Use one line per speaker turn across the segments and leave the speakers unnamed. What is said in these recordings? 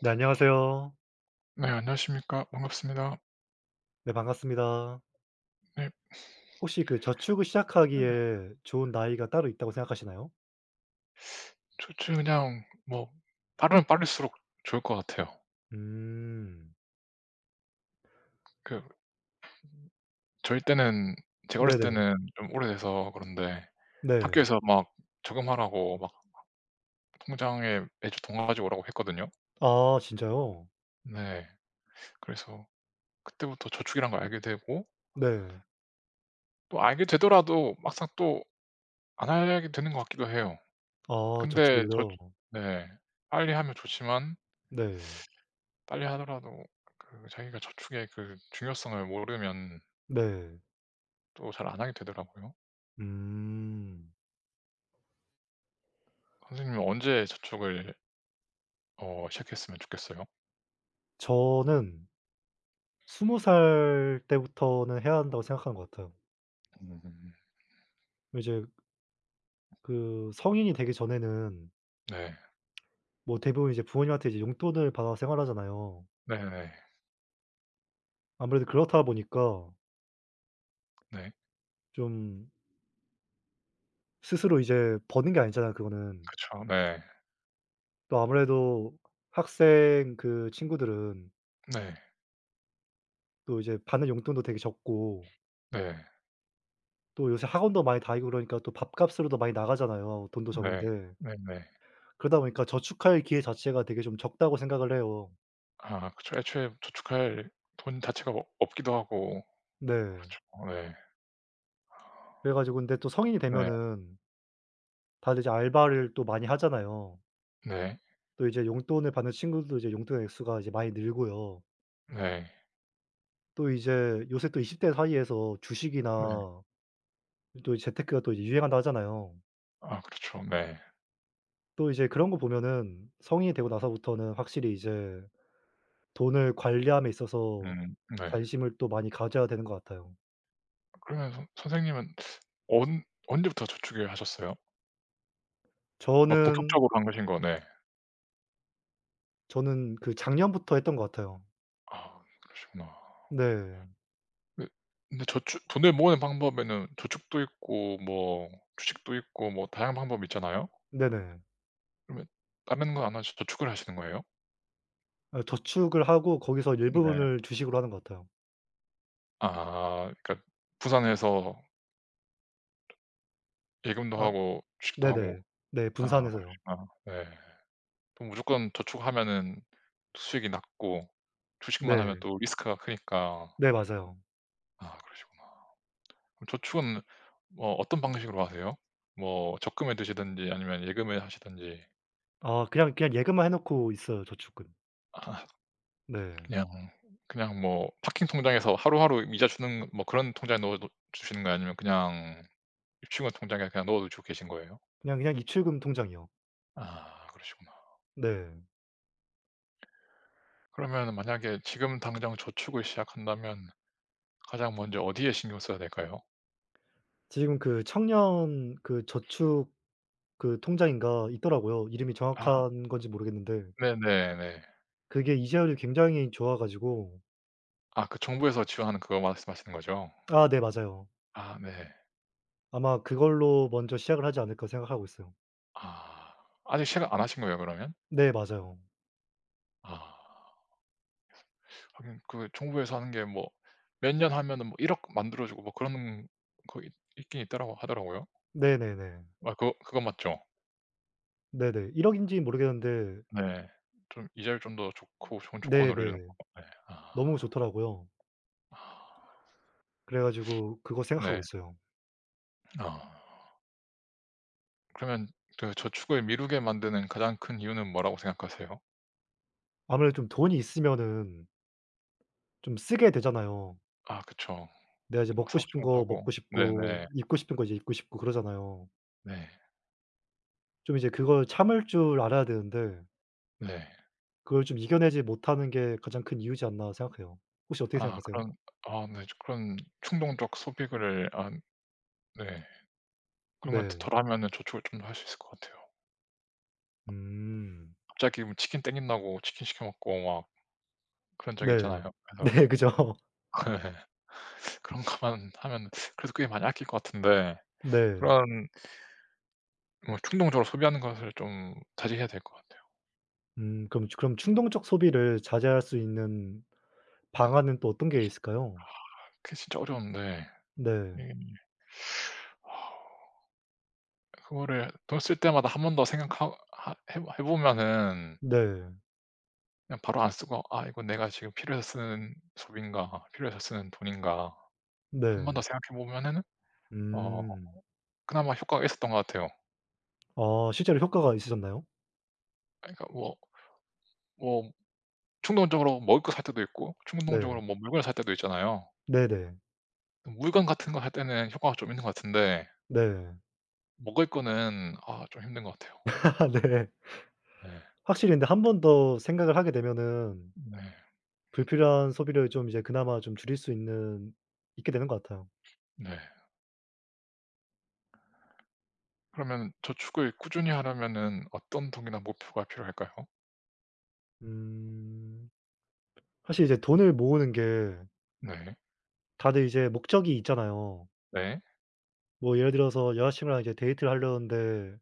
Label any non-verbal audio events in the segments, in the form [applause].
네 안녕하세요.
네 안녕하십니까. 반갑습니다.
네 반갑습니다.
네.
혹시 그 저축을 시작하기에 좋은 나이가 따로 있다고 생각하시나요?
좋죠. 그냥 뭐 빠르면 빠를수록 좋을 것 같아요.
음.
그 저희 때는 제가 어렸을
네네.
때는 좀 오래돼서 그런데
네.
학교에서 막 저금하라고 막 통장에 매주 돈 가지고 오라고 했거든요.
아 진짜요?
네. 그래서 그때부터 저축이란 걸 알게 되고
네.
또 알게 되더라도 막상 또 안 하게 되는 것 같기도 해요.
아
근데 저축
저축을요?
네. 빨리 하면 좋지만
네.
빨리 하더라도 그 자기가 저축의 그 중요성을 모르면
네.
또 잘 안 하게 되더라고요.
음.
선생님은 언제 저축을 시작했으면 좋겠어요?
저는 20살 때부터는 해야 한다고 생각하는 것 같아요.
음.
이제 그 성인이 되기 전에는
네.
뭐 대부분 이제 부모님한테 이제 용돈을 받아 생활하잖아요.
네네.
아무래도 그렇다 보니까
네.
좀 스스로 이제 버는 게 아니잖아요 그거는.
그쵸. 네.
또 아무래도 학생 그 친구들은
네.
또 이제 받는 용돈도 되게 적고
네.
또 요새 학원도 많이 다니고 그러니까 또 밥값으로 더 많이 나가잖아요 돈도
네.
적은데.
네네.
그러다 보니까 저축할 기회 자체가 되게 좀 적다고 생각을 해요.
아 그쵸. 애초에 저축할 돈 자체가 없 없기도 하고
네.
그렇죠. 네.
그래 가지고 근데 또 성인이
네.
되면은 다들 이제 알바를 또 많이 하잖아요.
네.
또 이제 용돈을 받는 친구들도 이제 용돈의 액수가 이제 많이 늘고요.
네.
또 이제 요새 또 20대 사이에서
네.
주식이나 또 재테크가 또 이제 유행한다 하잖아요.
아 그렇죠. 네.
또 이제 그런 거 보면은 성인이 되고 나서부터는 확실히 이제 돈을 관리함에 있어서
네.
관심을 또 많이 가져야 되는 것 같아요.
그러면 선 선생님은 언 언제부터 저축을 하셨어요?
저는
본격적으로 한 것인 거네.
저는 그 작년부터 했던 것 같아요.
아 그러시구나.
네.
네. 근데 저축 돈을 모으는 방법에는 저축도 있고 뭐 주식도 있고 뭐 다양한 방법이 있잖아요.
네네.
그러면 다른 건 안 하시고 저축을 하시는 거예요?
아 저축을 하고 거기서
네.
일부분을 주식으로 하는 것 같아요.
아 그러니까 부산에서 예금도
아
하고 주식도 하고.
네네. 네
아
분산해서요.
그러시구나. 네. 그럼 무조건 저축하면은 수익이 낮고 주식만 하면
네.
또 리스크가 크니까.
네 맞아요.
아 그러시구나. 그럼 저축은 뭐 어떤 방식으로 하세요? 뭐 적금에 두시든지 아니면 예금에 하시든지.
아 그냥 그냥 예금만 해 놓고 있어요, 저축은. 네.
그냥 그냥 뭐 파킹 통장에서 하루하루 이자 주는 뭐 그런 통장에 넣어 놓 주시는 거예요? 아니면 그냥 유치원 통장에 그냥 넣어 두시고 계신 거예요?
그냥 입출금 통장이요.
아 그러시구나.
네.
그러면은 만약에 지금 당장 저축을 시작한다면 가장 먼저 어디에 신경 써야 될까요?
지금 그 청년 그 저축 그 통장인가 있더라고요. 이름이
아
정확한 건지 모르겠는데
네네네.
그게 이자율이 굉장히 좋아 가지고
아 그 정부에서 지원하는 그거 말씀하시는 거죠?
아 네 맞아요.
아 네.
아마 그걸로 먼저 시작을 하지 않을까 생각하고 있어요.
아 아직 시작 안 하신 거예요 그러면?
네 맞아요.
아 하긴 그 정부에서 하는 게 뭐 몇 년 하면은 뭐 1억 만들어 주고 뭐 그런 거 있 있긴 있더라고 하더라고요.
네네네.
아 그거 그건 맞죠.
네네. 1억 억인지는 모르겠는데
네. 좀 이자율 좀 더 좋고 좋은 조건으로 해 주는
네네.
거 네.
너무
아.
좋더라고요.
아.
그래 가지고 그거 생각하고
네.
있어요.
아. 그러면 그 저축을 미루게 만드는 가장 큰 이유는 뭐라고 생각하세요?
아무래도 좀 돈이 있으면은 좀 쓰게 되잖아요.
아 그쵸.
내가 이제
막
먹고
사고
싶은
싶은 거
거
사고.
먹고 싶고
네네.
입고 싶은 거 이제 입고 싶고 그러잖아요.
네.
좀 이제 그걸 참을 줄 알아야 되는데
네.
그걸 좀 이겨내지 못하는 게 가장 큰 이유지 않나 생각해요. 혹시 어떻게
아
생각하세요?
그런 아 네 그런 충동적 소비를 안 네. 그런 걸
네.
덜 하면은 저축을 좀 더 할 수 있을 것 같아요.
음.
갑자기 뭐 치킨 땡긴다고 치킨 시켜 먹고 막 그런 적이
네.
있잖아요. 그래서
[laughs] 네 그죠.
[laughs] 네. 그런 것만 하면 [laughs] 그래도 꽤 많이 아낄 것 같은데
네.
그런 뭐 충동적으로 소비하는 것을 좀 자제해야 될 것 같아요.
그럼 충동적 소비를 자제할 수 있는 방안은 또 어떤 게 있을까요?
그게 진짜 어려운데
네.
이게 아 그거를 돈 쓸 때마다 한 번 더 생각하 하 해 해 보면은
네.
그냥 바로 안 쓰고 '아 이건 내가 지금 필요해서 쓰는 소비인가? 필요해서 쓰는 돈인가?' 한 번 더
네.
생각해 보면은 어
음.
그나마 효과가 있었던 것 같아요.
아 실제로 효과가 있으셨나요?
그러니까 뭐 뭐 충동적으로 먹을 거 살 때도 있고
네.
충동적으로 뭐 물건을 살 때도 있잖아요.
네네.
물건 같은 거 할 때는 효과가 좀 있는 것 같은데
네.
먹을 거는 아 좀 힘든 것 같아요.
[laughs] 네.
네.
확실히 근데 한 번 더 생각을 하게 되면은
네.
불필요한 소비를 좀 이제 그나마 좀 줄일 수 있는 있게 되는 것 같아요.
네. 그러면 저축을 꾸준히 하려면은 어떤 동기나 목표가 필요할까요?
음. 사실 이제 돈을 모으는 게
네.
다들 이제 목적이 있잖아요.
네.
뭐 예를 들어서 여자친구랑 이제 데이트를 하려는데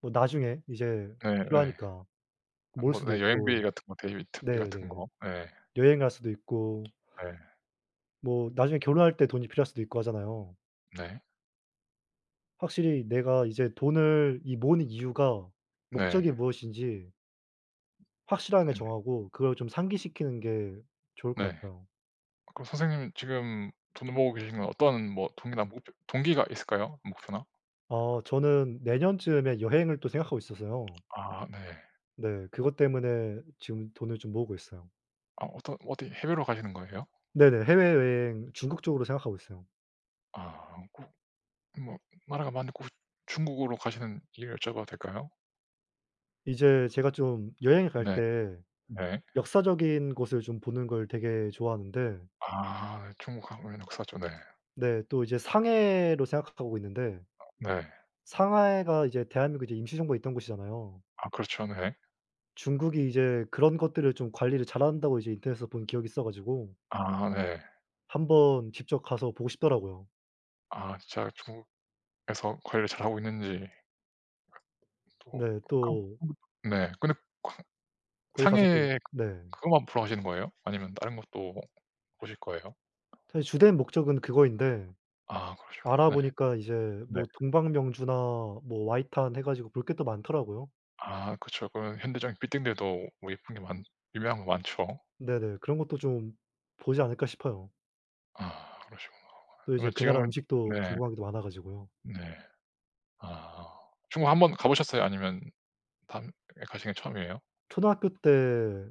뭐 나중에 이제
네네.
필요하니까 모을
뭐
수도
네 여행비
있고
같은 거 데이비 트비 같은
네네.
거. 네.
여행 갈 수도 있고
네.
뭐 나중에 결혼할 때 돈이 필요할 수도 있고 하잖아요.
네.
확실히 내가 이제 돈을 이 모으는 이유가
네.
목적이 무엇인지 확실하게
네.
정하고 그걸 좀 상기시키는 게 좋을 것
네.
같아요.
그럼 선생님 지금 돈을 모으고 계신 건 어떤 뭐 동기나 목표 동기가 있을까요? 목표나?
아 저는 내년쯤에 여행을 또 생각하고 있어서요.
아 네.
네 그것 때문에 지금 돈을 좀 모으고 있어요.
아 어떤 어디 해외로 가시는 거예요?
네네. 해외여행 중국 쪽으로 생각하고 있어요.
아. 뭐 나라가 많고 중국으로 가시는 이유 여쭤봐도 될까요?
이제 제가 좀 여행을 갈
네.
때
네.
역사적인 곳을 좀 보는 걸 되게 좋아하는데
아 네. 중국 하면 역사죠. 네.
네 또 이제 상해로 생각하고 있는데
네.
상하이가 이제 대한민국 이제 임시정부가 있던 곳이잖아요.
아 그렇죠. 네.
중국이 이제 그런 것들을 좀 관리를 잘한다고 이제 인터넷에서 본 기억이 있어 가지고
아 네.
한번 직접 가서 보고 싶더라고요.
아 진짜 중국에서 관리를 잘하고 있는지 또
네.
강
또
[unintelligible] 네. 근데 강
거기 가서 또
상해
네.
그것만 보러 가시는 거예요? 아니면 다른 것도 보실 거예요?
사실 주된 목적은 그거인데
아 그러시구나. 네.
알아보니까 이제
네.
뭐 동방명주나 뭐 와이탄 해 가지고 볼게 또 많더라고요.
아 그쵸. 그런 현대적인 빌딩들도 뭐 예쁜 게 많 유명한 거 많죠.
네네. 그런 것도 좀 보지 않을까 싶어요.
아 그러시구나.
또 이제
그러면
그 나라
지금은
음식도
네.
궁금한 게 많아 가지고요.
네. 아. 중국 한번 가 보셨어요? 아니면 다음에 가시는 게 처음이에요?
초등학교 때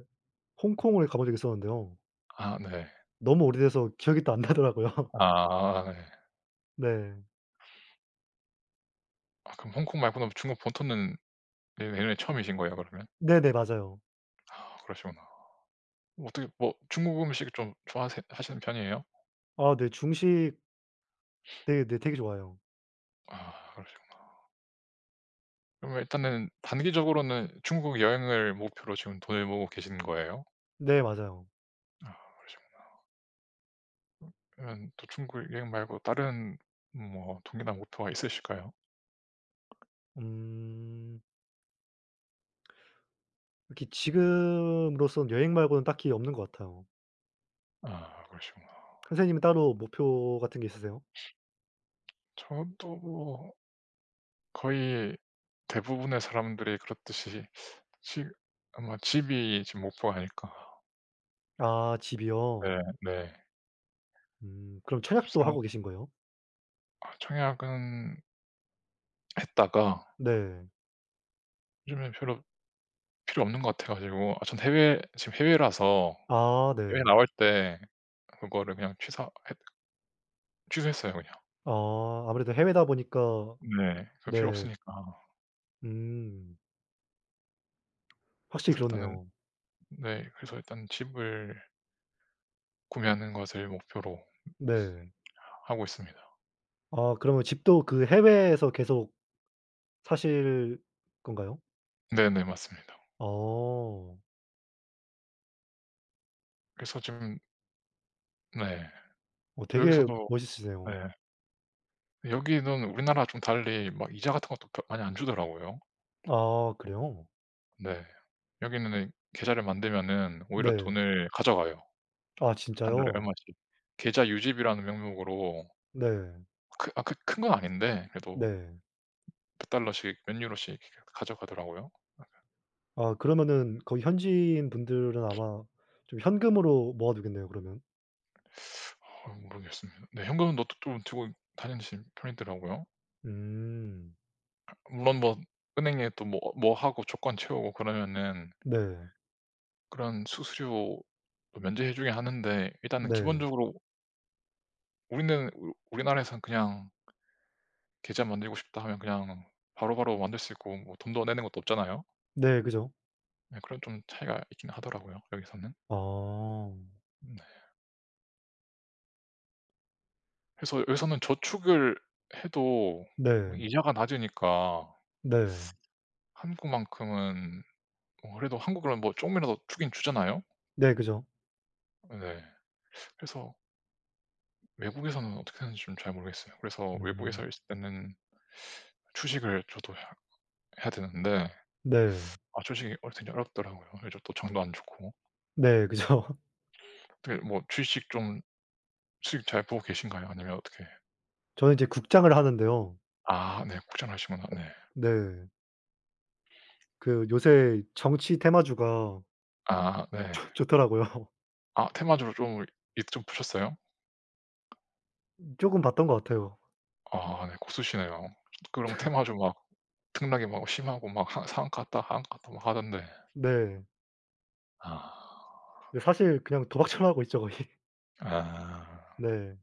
홍콩을 가본 적이 있었는데요.
아 네.
너무 오래돼서 기억이 또 안 나더라고요. [laughs]
아 네.
네.
아 그럼 홍콩 말고는 중국 본토는 내 내년에 처음이신 거예요 그러면?
네네. 맞아요.
아 그러시구나. 뭐 어떻게 뭐 중국 음식 좀 좋아하세 하시는 편이에요?
아 네. 중식 되게 네 되게 좋아요
아 그러시구나. 그러면 일단은 단기적으로는 중국 여행을 목표로 지금 돈을 모으고 계시는 거예요?
네. 맞아요.
아 그러시구나. 그러면 또 중국 여행 말고 다른 뭐 동기나 목표가 있으실까요?
음. 이렇게 지금으로선 여행 말고는 딱히 없는 것 같아요.
아 그러시구나.
선생님은 따로 목표 같은 게 있으세요?
저도 뭐 거의 대부분의 사람들이 그렇듯이 시 아마 집이 지금 목표가 아닐까.
아
네
집이요?
네.
그럼 청약도
참
하고 계신 거예요?
아 청약은 했다가
네.
요즘엔 별로 필요 없는 것 같아 가지고 아 전 해외 지금 해외라서
아
해외
네.
나올 때 그거를 그냥 취사 했 취소했어요 그냥.
아 아무래도 해외다 보니까
네. 그 필요
네.
없으니까.
음 확실히
그래서 일단은
그렇네요.
네 그래서 일단 집을 구매하는 것을 목표로
네.
하고 있습니다.
아 그러면 집도 그 해외에서 계속 사실 건가요?
네네 맞습니다.
어.
그래서 지금 네.
어
또
되게
여기서도 네.
멋있으세요.
여기는 우리나라와 좀 달리 막 이자 같은 것도 벼 많이 안 주더라고요.
아 그래요?
네. 여기는 계좌를 만들면은 오히려
네.
돈을 가져가요.
아
한 달에
진짜요?
얼마씩. 계좌 유지비라는 명목으로
네.
크 아 크 큰 건 아닌데 그래도
네.
몇 달러씩 몇 유로씩 이렇게 가져가더라고요.
아 그러면은 거기 현지인 분들은 아마 좀 현금으로 모아 두겠네요 그러면.
어 모르겠습니다. 네. 현금은 너 또 좀 들고 다니시는 편이더라고요.
음.
물론 뭐 은행에 또 뭐 뭐 하고 조건 채우고 그러면은
네.
그런 수수료 또 면제해 주긴 하는데 일단은
네.
기본적으로 우리는 우 우리나라에선 그냥 계좌 만들고 싶다 하면 그냥 바로바로 만들 수 있고 뭐 돈도 내는 것도 없잖아요.
네. 그죠.
네 그런 좀 차이가 있긴 하더라고요 여기서는.
아.
네. 그래서 여기서는 저축을 해도 뭐
네.
이자가 낮으니까
네.
한국만큼은 뭐 그래도 한국은 뭐 조금이라도 주긴 주잖아요.
네 그죠.
네. 그래서 외국에서는 어떻게 하는지 좀 잘 모르겠어요. 그래서 외국에서
음.
있을 때는 주식을 저도 해야 되는데
네.
아 주식이 되게 어렵더라고요. 요즘 또 장도 안 좋고.
네 그죠. [laughs]
어떻게 뭐 주식 좀 수익 잘 보고 계신가요? 아니면 어떻게
저는 이제 국장을 하는데요.
아 네. 고전하시구나. 네.
네. 그 요새 정치 테마주가
아 네.
[laughs] 좋 좋더라고요.
아 테마주로 좀 이 좀 보셨어요?
쪼금 봤던 것 같아요.
아 네. 고수시네요. 그런 테마주 막 특락이 막 심하고 막 하 상한가 다 하한가 갔다 막 하던데.
네.
아.
근데 사실 그냥 도박처럼 하고 있죠 거의. [laughs]
아.
네.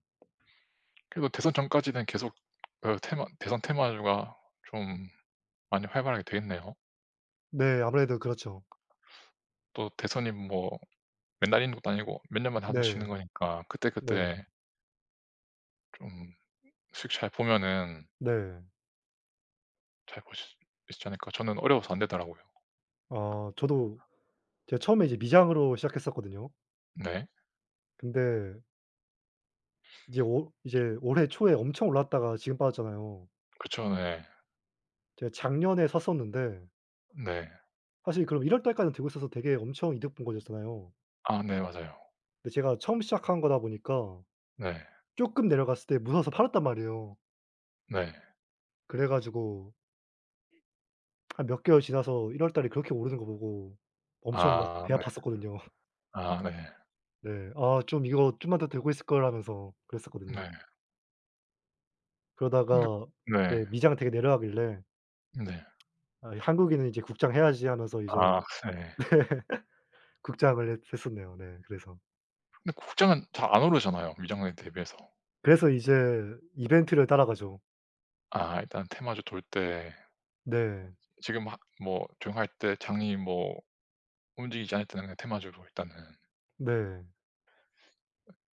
그래도 대선 전까지는 계속 그 테마 대선 테마주가 좀 많이 활발하게 되겠네요.
네 아무래도 그렇죠.
또 대선이 뭐 맨날 있는 것도 아니고 몇 년마다 한 번씩 있는
네.
거니까
네.
그때그때 좀 수익 잘 보면은
네.
잘 볼 수 있지 않을까. 저는 어려워서 안 되더라고요.
아 저도 제가 처음에 이제 미장으로 시작했었거든요.
네.
근데 이제 올 이제 올해 초에 엄청 올랐다가 지금 빠졌잖아요.
그쵸. 네.
제가 작년에 샀었는데
네.
사실 그럼 1월 달까지는 들고 있어서 되게 엄청 이득 본 거였잖아요.
아 네 맞아요.
근데 제가 처음 시작한 거다 보니까
네.
쪼끔 내려갔을 때 무서워서 팔았단 말이에요.
네.
그래 가지고 한 몇 개월 지나서 1월 달에 그렇게 오르는 거 보고 엄청 막
아
배
네.
아팠었거든요. [laughs]
아 네.
네. '아 좀 이거 좀만 더 들고 있을 걸.' 하면서 그랬었거든요.
네. 근데
그러다가
네.
네 미장 되게 내려가길래
네.
'아 이 한국인은 이제 국장 해야지.' 하면서
아
이제
네.
국장을 했 했었네요. 네 그래서.
근데 국장은 잘 안 오르잖아요, 미장년에 대비해서.
그래서 이제 이벤트를 따라가죠.
아 일단 테마주 돌 때
네.
지금 하 뭐 조용할 때 장이 뭐 움직이지 않을 때는 그냥 테마주로 일단은.
네.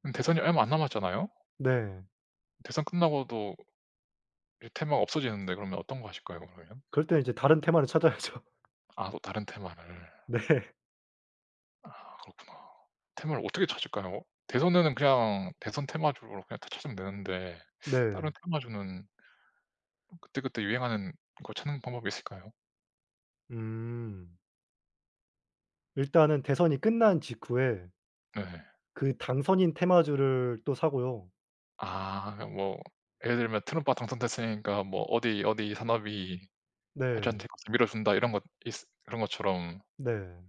그럼 대선이 얼마 안 남았잖아요?
네.
대선 끝나고도 이제 테마가 없어지는데 그러면 어떤 거 하실 거예요, 그러면?
그럴 땐 이제 다른 테마를 찾아야죠.
아 또 다른 테마를.
네.
아 그렇구나. 테마를 어떻게 찾을까요? 대선에는 그냥 대선 테마주로 그냥 다 찾으면 되는데 다른
네.
테마주는 그때그때 유행하는 거 찾는 방법이 있을까요?
음. 일단은 대선이 끝난 직후에
네.
그 당선인 테마주를 또 사고요.
아 그냥 뭐 예를 들면 트럼프가 당선됐으니까 뭐 어디 어디 산업이
네.
발전될 것을 밀어준다 이런 것 있 그런 것처럼
네.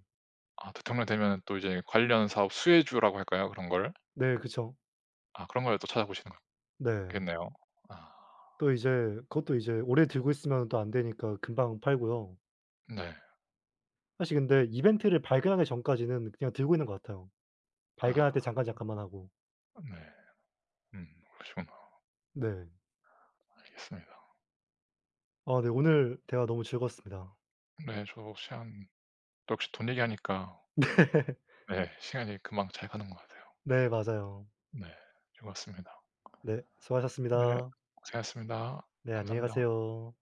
아 대통령 되면은 또 이제 관련 사업 수혜주라고 할까요? 그런 걸?
네 그쵸.
아 그런 걸 또 찾아보시는
네.
거겠네요. 아
또 이제 그것도 이제 오래 들고 있으면 또 안 되니까 금방 팔고요.
네.
사실 근데 이벤트를 발견하기 전까지는 그냥 들고 있는 것 같아요. 발견할 때
아
잠깐만 하고.
네. 음 그러시구나.
네.
알겠습니다.
아 네 오늘 대화 너무 즐거웠습니다.
네. 저도 혹시 한 또 역시 돈 얘기하니까
[laughs]
네 시간이 금방 잘 가는 것 같아요.
네 맞아요.
네. 즐거웠습니다.
네
네.
수고하셨습니다.
고생하셨습니다.
네 안녕히
감사합니다.
가세요.